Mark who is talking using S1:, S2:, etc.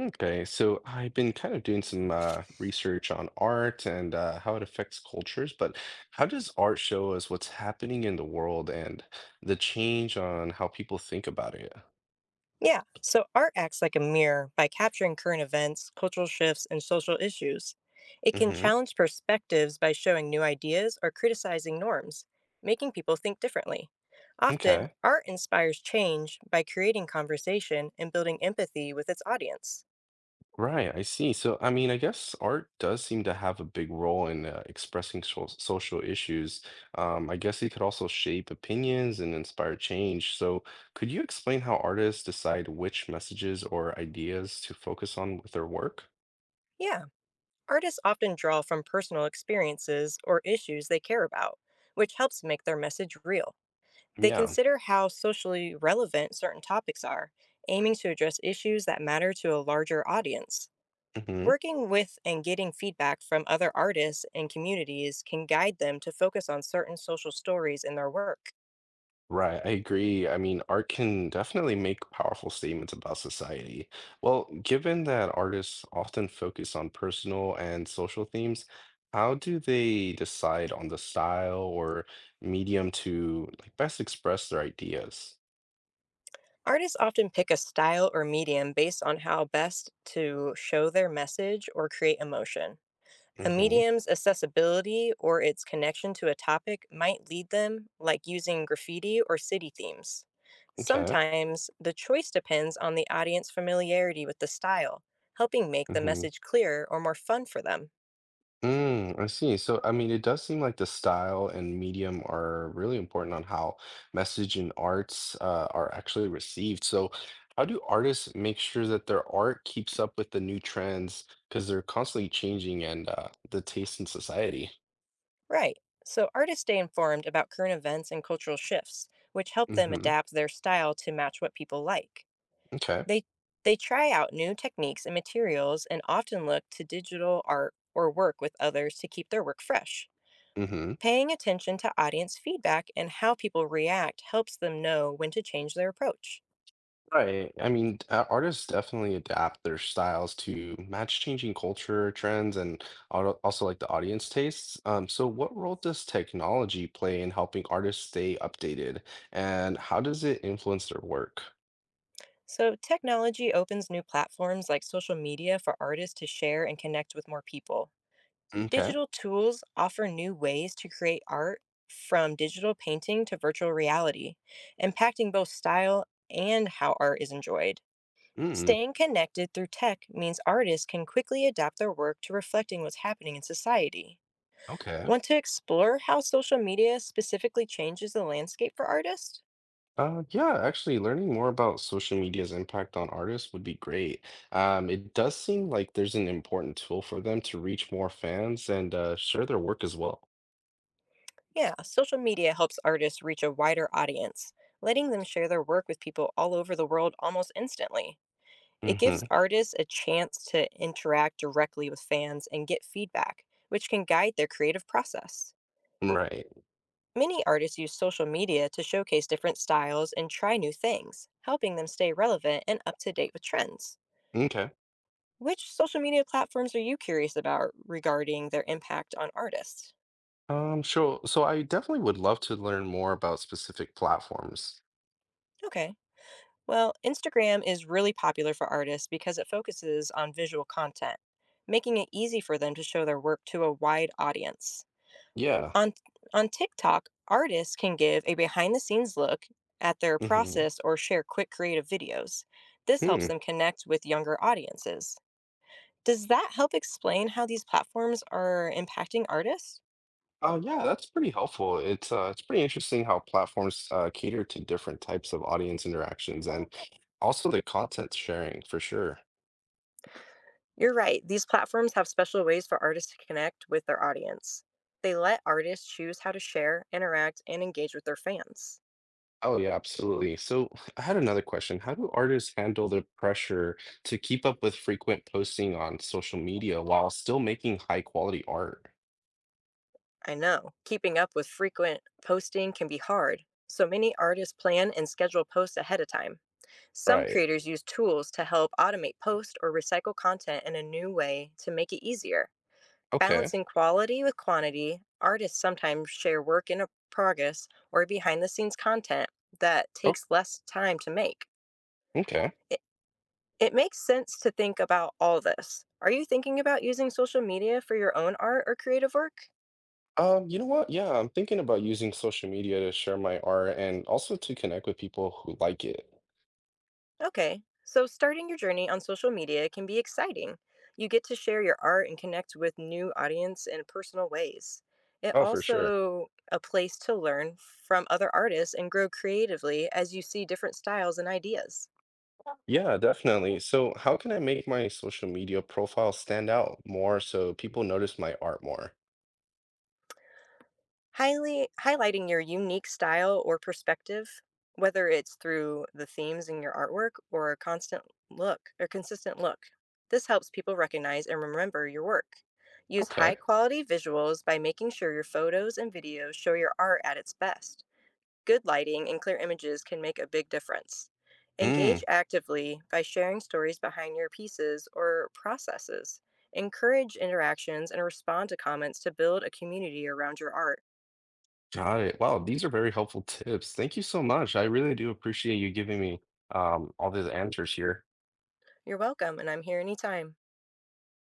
S1: Okay, so I've been kind of doing some research on art and how it affects cultures, but how does art show us what's happening in the world and the change on how people think about it?
S2: Yeah, so art acts like a mirror by capturing current events, cultural shifts, and social issues. It can
S1: hmm
S2: challenge perspectives by showing new ideas or criticizing norms, making people think differently. Often,
S1: Okay,
S2: art inspires change by creating conversation and building empathy with its audience.
S1: right, I see. So, I mean, I guess art does seem to have a big role in expressing so social issues. I guess it could also shape opinions and inspire change. So, could you explain how artists decide which messages or ideas to focus on with their work?
S2: Yeah, artists often draw from personal experiences or issues they care about, which helps make their message real. They
S1: Yeah.
S2: consider how socially relevant certain topics are, aiming to address issues that matter to a larger audience.
S1: hmm
S2: Working with and getting feedback from other artists and communities can guide them to focus on certain social stories in their work.
S1: Right, I agree. I mean, art can definitely make powerful statements about society. Well, given that artists often focus on personal and social themes, how do they decide on the style or medium to like best express their ideas?
S2: Artists often pick a style or medium based on how best to show their message or create emotion. A
S1: hmm
S2: medium's accessibility or its connection to a topic might lead them, like using graffiti or city themes.
S1: Okay.
S2: Sometimes, the choice depends on the audience familiarity with the style, helping make the
S1: hmm
S2: message clearer or more fun for them.
S1: Mm, I see. So, I mean, it does seem like the style and medium are really important on how message and arts are actually received. So, how do artists make sure that their art keeps up with the new trends? Because they're constantly changing and the taste in society.
S2: Right, so artists stay informed about current events and cultural shifts, which help them
S1: Mm-hmm.
S2: adapt their style to match what people like.
S1: Okay.
S2: They they try out new techniques and materials and often look to digital art or work with others to keep their work fresh.
S1: Mm-hmm.
S2: Paying attention to audience feedback and how people react helps them know when to change their approach.
S1: Right. I mean, artists definitely adapt their styles to match changing culture trends and also like the audience tastes. So what role does technology play in helping artists stay updated, and how does it influence their work?
S2: So, technology opens new platforms like social media for artists to share and connect with more people.
S1: Okay.
S2: Digital tools offer new ways to create art from digital painting to virtual reality, impacting both style and how art is enjoyed.
S1: Mm,
S2: Staying connected through tech means artists can quickly adapt their work to reflecting what's happening in society.
S1: okay.
S2: Want to explore how social media specifically changes the landscape for artists?
S1: Yeah, actually, learning more about social media's impact on artists would be great. It does seem like there's an important tool for them to reach more fans and share their work as well.
S2: Yeah, social media helps artists reach a wider audience, letting them share their work with people all over the world almost instantly. It gives
S1: Mm-hmm.
S2: artists a chance to interact directly with fans and get feedback, which can guide their creative process.
S1: Right.
S2: Many artists use social media to showcase different styles and try new things, helping them stay relevant and up to date with trends.
S1: Okay.
S2: Which social media platforms are you curious about regarding their impact on artists?
S1: Sure. So I definitely would love to learn more about specific platforms.
S2: Okay. Well, Instagram is really popular for artists because it focuses on visual content, making it easy for them to show their work to a wide audience.
S1: Yeah.
S2: On on TikTok, artists can give a behind-the-scenes look at their
S1: hmm
S2: process or share quick creative videos. This helps
S1: Hmm.
S2: them connect with younger audiences. Does that help explain how these platforms are impacting artists?
S1: Oh, yeah, that's pretty helpful. It's pretty interesting how platforms cater to different types of audience interactions and also the content sharing for sure.
S2: You're right. These platforms have special ways for artists to connect with their audience. They let artists choose how to share, interact, and engage with their fans.
S1: Oh, yeah, absolutely. So I had another question. How do artists handle the pressure to keep up with frequent posting on social media while still making high quality art?
S2: I know, keeping up with frequent posting can be hard, so many artists plan and schedule posts ahead of time. Some
S1: Right.
S2: creators use tools to help automate posts or recycle content in a new way to make it easier.
S1: Okay.
S2: Balancing quality with quantity, artists sometimes share work in a progress or behind the scenes content that
S1: Oh,
S2: takes less time to make.
S1: okay.
S2: It makes sense to think about all this. Are you thinking about using social media for your own art or creative work?
S1: You know what? Yeah, I'm thinking about using social media to share my art and also to connect with people who like it.
S2: Okay, so starting your journey on social media can be exciting. You get to share your art and connect with new audience in personal ways. It
S1: Oh, for sure.
S2: also a place to learn from other artists and grow creatively as you see different styles and ideas.
S1: Yeah, definitely. So, how can I make my social media profile stand out more so people notice my art more?
S2: Highly highlighting your unique style or perspective, whether it's through the themes in your artwork or a constant look or consistent look. This helps people recognize and remember your work. Use
S1: Okay.
S2: high quality visuals by making sure your photos and videos show your art at its best. Good lighting and clear images can make a big difference. Engage
S1: Mm,
S2: actively by sharing stories behind your pieces or processes. Encourage interactions and respond to comments to build a community around your art.
S1: got it. Wow, these are very helpful tips. Thank you so much. I really do appreciate you giving me all these answers here.
S2: You're welcome, and I'm here anytime.